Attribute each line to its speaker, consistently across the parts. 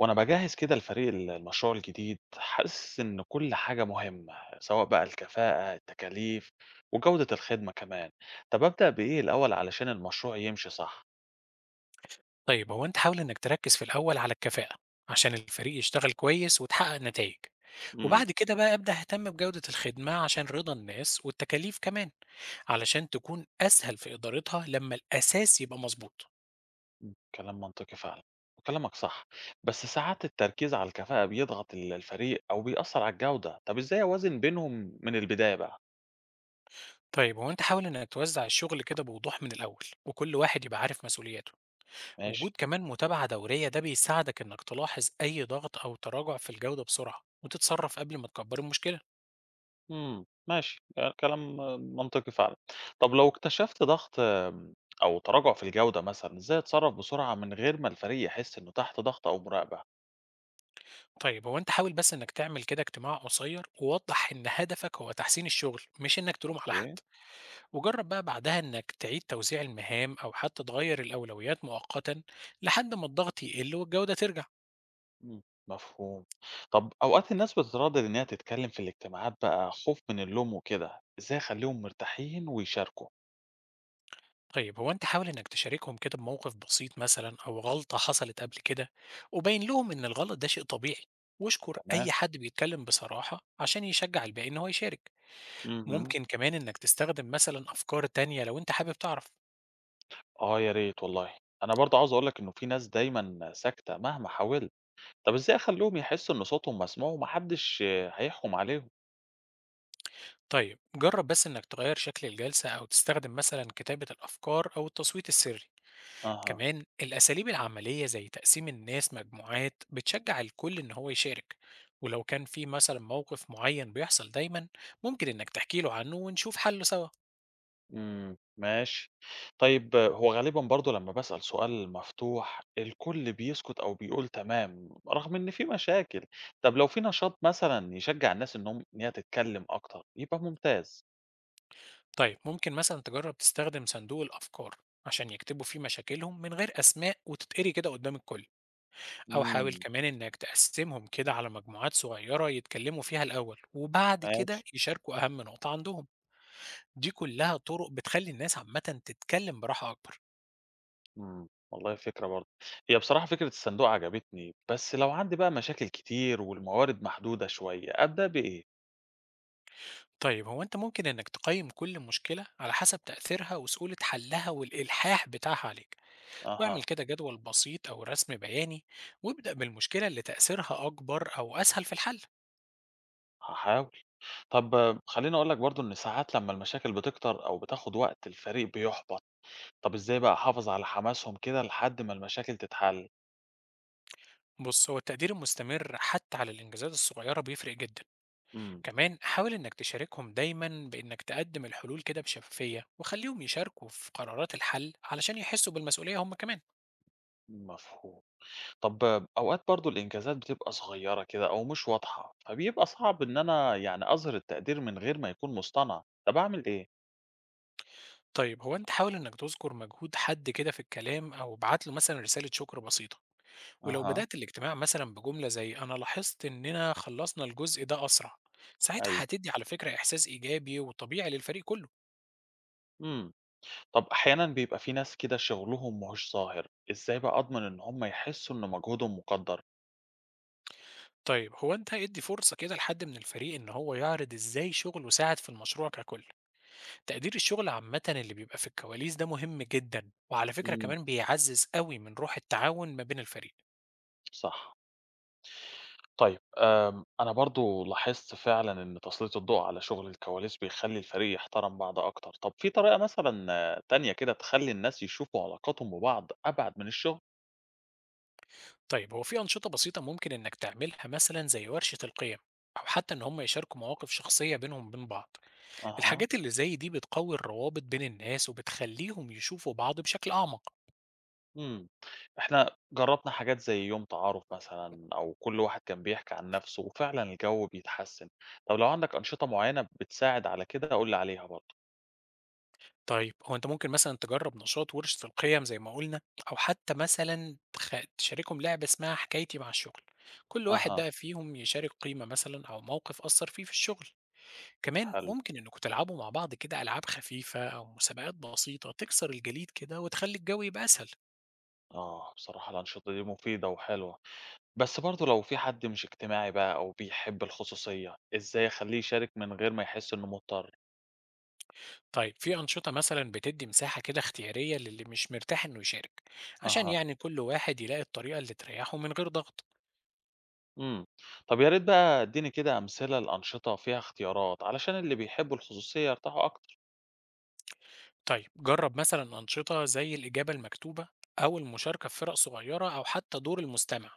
Speaker 1: وأنا باجهّز كده الفريق المشروع الجديد، حاسس إن كل حاجة مهمة، سواء بقى الكفاءة، التكاليف، وجودة الخدمة كمان. طب أبدأ بإيه الأول علشان المشروع يمشي صح؟
Speaker 2: طيب هو انت حاول انك تركز في الاول على الكفاءة عشان الفريق يشتغل كويس وتحقق نتائج.
Speaker 1: امم.
Speaker 2: وبعد كده بقى ابدأ اهتم بجودة الخدمة عشان رضا الناس والتكاليف كمان، علشان تكون اسهل في ادارتها لما الاساس يبقى مظبوط.
Speaker 1: كلام منطقي فعلًا، وكلامك صح، بس ساعات التركيز على الكفاءة بيضغط الفريق أو بيأثّر على الجودة، طب إزاي أوازن بينهم من البداية بقى؟
Speaker 2: طيب هو انت حاول انك توزع الشغل كده بوضوح من الاول وكل واحد يبقى عارف مسؤولياته. وجود
Speaker 1: ماشي.
Speaker 2: كمان متابعة دورية ده بيساعدك انك تلاحظ اي ضغط او تراجع في الجودة بسرعة وتتصرف قبل ما تكبر المشكلة.
Speaker 1: إمم، ماشي، كلام منطقي فعلًا. طب لو اكتشفت ضغط أو تراجع في الجودة مثلًا، إزاي أتصرف بسرعة من غير ما الفريق يحس إنه تحت ضغط أو مراقبة؟
Speaker 2: طيب هو أنت حاول بس إنك تعمل كده اجتماع قصير ووضح إن هدفك هو تحسين الشغل مش إنك تلوم على حد.
Speaker 1: أوكي،
Speaker 2: وجرب بقى بعدها إنك تعيد توزيع المهام أو حتى تغير الأولويات مؤقتا لحد ما الضغط يقل والجودة ترجع.
Speaker 1: إمم، مفهوم. طب أوقات الناس بتتردد إنها تتكلم في الاجتماعات بقى خوف من اللوم وكده، إزاي أخليهم مرتاحين ويشاركوا؟
Speaker 2: طيب هو أنت حاول إنك تشاركهم كده بموقف بسيط مثلا أو غلطة حصلت قبل كده، وبين لهم إن الغلط ده شيء طبيعي، واشكر
Speaker 1: تمام،
Speaker 2: أي حد بيتكلم بصراحة عشان يشجع الباقي إن هو يشارك.
Speaker 1: اهم،
Speaker 2: ممكن كمان إنك تستخدم مثلا أفكار تانية لو أنت حابب تعرف.
Speaker 1: آه يا ريت والله. أنا برضه عاوز أقول لك إنه في ناس دايمًا ساكتة مهما حاولت، طب إزاي أخليهم يحسوا إن صوتهم مسموع وما حدش هيحكم عليهم؟
Speaker 2: طيب جرب بس إنك تغير شكل الجلسة أو تستخدم مثلا كتابة الأفكار أو التصويت السري.
Speaker 1: أها.
Speaker 2: كمان الأساليب العملية زي تقسيم الناس مجموعات بتشجع الكل إن هو يشارك. ولو كان في مثلا موقف معين بيحصل دايما، ممكن إنك تحكي له عنه ونشوف حله سوا.
Speaker 1: إمم، ماشي. طيب هو غالبًا برضه لمّا باسأل سؤال مفتوح، الكل بيسكت أو بيقول تمام، رغم إن في مشاكل. طب لو في نشاط مثلًا يشجّع الناس إنهم إن هي تتكلم أكتر، يبقى ممتاز.
Speaker 2: طيب ممكن مثلا تجرب تستخدم صندوق الأفكار عشان يكتبوا فيه مشاكلهم من غير أسماء وتتقري كده قدام الكل. أو حاول
Speaker 1: إمم،
Speaker 2: كمان إنك تقسمهم كده على مجموعات صغيرة يتكلموا فيها الأول وبعد
Speaker 1: ماشي.
Speaker 2: كده يشاركوا أهم نقطة عندهم. دي كلها طرق بتخلي الناس عامة تتكلم براحة أكبر.
Speaker 1: إمم، والله فكرة برضه. هي بصراحة فكرة الصندوق عجبتني، بس لو عندي بقى مشاكل كتير والموارد محدودة شوية، أبدأ بإيه؟
Speaker 2: طيب هو أنت ممكن إنك تقيم كل مشكلة على حسب تأثيرها وسهولة حلها والإلحاح بتاعها عليك، واعمل
Speaker 1: أها،
Speaker 2: كده جدول بسيط أو رسم بياني، وابدأ بالمشكلة اللي تأثيرها أكبر أو أسهل في الحل.
Speaker 1: هاحاول. طب آه، خلّيني أقول لك برضه إن ساعات لمّا المشاكل بتكتر أو بتاخد وقت، الفريق بيُحبط. طب إزاي بقى أحافظ على حماسهم كده لحد ما المشاكل تتحل؟
Speaker 2: بص هو التقدير المستمر حتى على الإنجازات الصغيرة بيفرق جدا.
Speaker 1: امم.
Speaker 2: كمان حاول إنك تشاركهم دايما بإنك تقدم الحلول كده بشفافية وخليهم يشاركوا في قرارات الحل علشان يحسوا بالمسؤولية هم كمان.
Speaker 1: مفهوم. طب أوقات برضو الإنجازات بتبقى صغيرة كده أو مش واضحة، فبيبقى صعب إن أنا يعني أظهر التقدير من غير ما يكون مصطنع، طب أعمل إيه؟
Speaker 2: طيب هو انت حاول انك تذكر مجهود حد كده في الكلام او ابعت له مثلا رسالة شكر بسيطة. ولو
Speaker 1: أها.
Speaker 2: بدأت الاجتماع مثلا بجملة زي انا لاحظت اننا خلصنا الجزء ده اسرع، ساعتها
Speaker 1: أيوه.
Speaker 2: هتدي على فكرة احساس ايجابي وطبيعي للفريق كله.
Speaker 1: امم. طب أحيانا بيبقى في ناس كده شغلهم مش ظاهر، إزاي بقى أضمن إن هم يحسوا إن مجهودهم مقدر؟
Speaker 2: طيب هو انت ادي فرصة كده لحد من الفريق ان هو يعرض ازاي شغله ساعد في المشروع ككل. تقدير الشغل عامة اللي بيبقى في الكواليس ده مهم جدا، وعلى فكرة
Speaker 1: امم.
Speaker 2: كمان بيعزز قوي من روح التعاون ما بين الفريق.
Speaker 1: صح. طيب، أنا برضه لاحظت فعلًا إن تسليط الضوء على شغل الكواليس بيخلّي الفريق يحترم بعض أكتر، طب في طريقة مثلًا آه، تانية كده تخلّي الناس يشوفوا علاقاتهم ببعض أبعد من الشغل؟
Speaker 2: طيب هو في أنشطة بسيطة ممكن إنك تعملها مثلا زي ورشة القيم، أو حتى إن هم يشاركوا مواقف شخصية بينهم وبين بعض.
Speaker 1: أها،
Speaker 2: الحاجات اللي زي دي بتقوي الروابط بين الناس وبتخليهم يشوفوا بعض بشكل أعمق.
Speaker 1: إمم، إحنا جرّبنا حاجات زي يوم تعارف مثلًا أو كل واحد كان بيحكي عن نَفْسه وفعلًا الجو بيتحسّن، طب لو عندك أنشطة معيّنة بتساعد على كده قُل لي عليها برضه.
Speaker 2: طيب هو أنت ممكن مثلا تجرب نشاط ورشة القيم زي ما قلنا، أو حتى مثلا تشاركهم لعبة اسمها حكايتي مع الشغل. كل واحد
Speaker 1: أها،
Speaker 2: بقى فيهم يشارك قيمة مثلا أو موقف أثر فيه في الشغل. كمان
Speaker 1: حلو،
Speaker 2: ممكن إنكم تلعبوا مع بعض كده ألعاب خفيفة أو مسابقات بسيطة تكسر الجليد كده وتخلي الجو يبقى أسهل.
Speaker 1: آه، بصراحة الأنشطة دي مفيدة وحلوة. بس برضه لو في حد مش اجتماعي بقى أو بيحب الخصوصية، إزاي أخلّيه يشارك من غير ما يحس إنه مضطر؟
Speaker 2: طيب في أنشطة مثلا بتدي مساحة كده اختيارية للي مش مرتاح إنه يشارك، عشان
Speaker 1: أها،
Speaker 2: يعني كل واحد يلاقي الطريقة اللي تريحه من غير ضغط.
Speaker 1: إمم، طب يا ريت بقى اديني كده أمثلة لأنشطة فيها اختيارات علشان اللي بيحبوا الخصوصية يرتاحوا أكتر.
Speaker 2: طيب جرب مثلا أنشطة زي الإجابة المكتوبة أو المشاركة في فرق صغيرة أو حتى دور المستمع.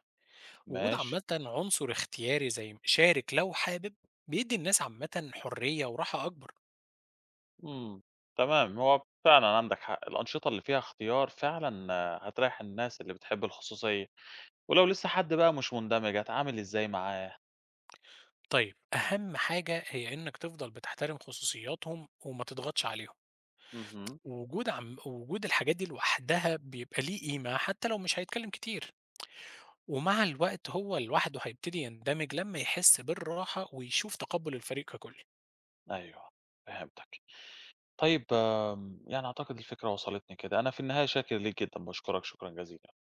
Speaker 2: وجود
Speaker 1: ماشي،
Speaker 2: عامة عنصر اختياري زي شارك لو حابب بيدي الناس عامة حرية وراحة أكبر.
Speaker 1: إمم، تمام، هو فعلًا عندك حق، الأنشطة اللي فيها اختيار فعلًا آه، هتريّح الناس اللي بتحب الخصوصية، ولو لسه حد بقى مش مندمج أتعامل إزاي معاه؟
Speaker 2: طيب أهم حاجة هي إنك تفضل بتحترم خصوصياتهم وما تضغطش عليهم.
Speaker 1: اهم،
Speaker 2: وجود الحاجات دي لوحدها بيبقى ليه قيمة حتى لو مش هيتكلم كتير. ومع الوقت هو لوحده هيبتدي يندمج لمّا يحس بالراحة ويشوف تقبُّل الفريق ككُل.
Speaker 1: أيوه، فهمتك. طيب يعني أعتقد الفكرة وصلتني كده، أنا في النهاية شاكر ليك جدًا، باشكرك شكرًا جزيلًا.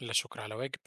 Speaker 2: لا شكر على واجب.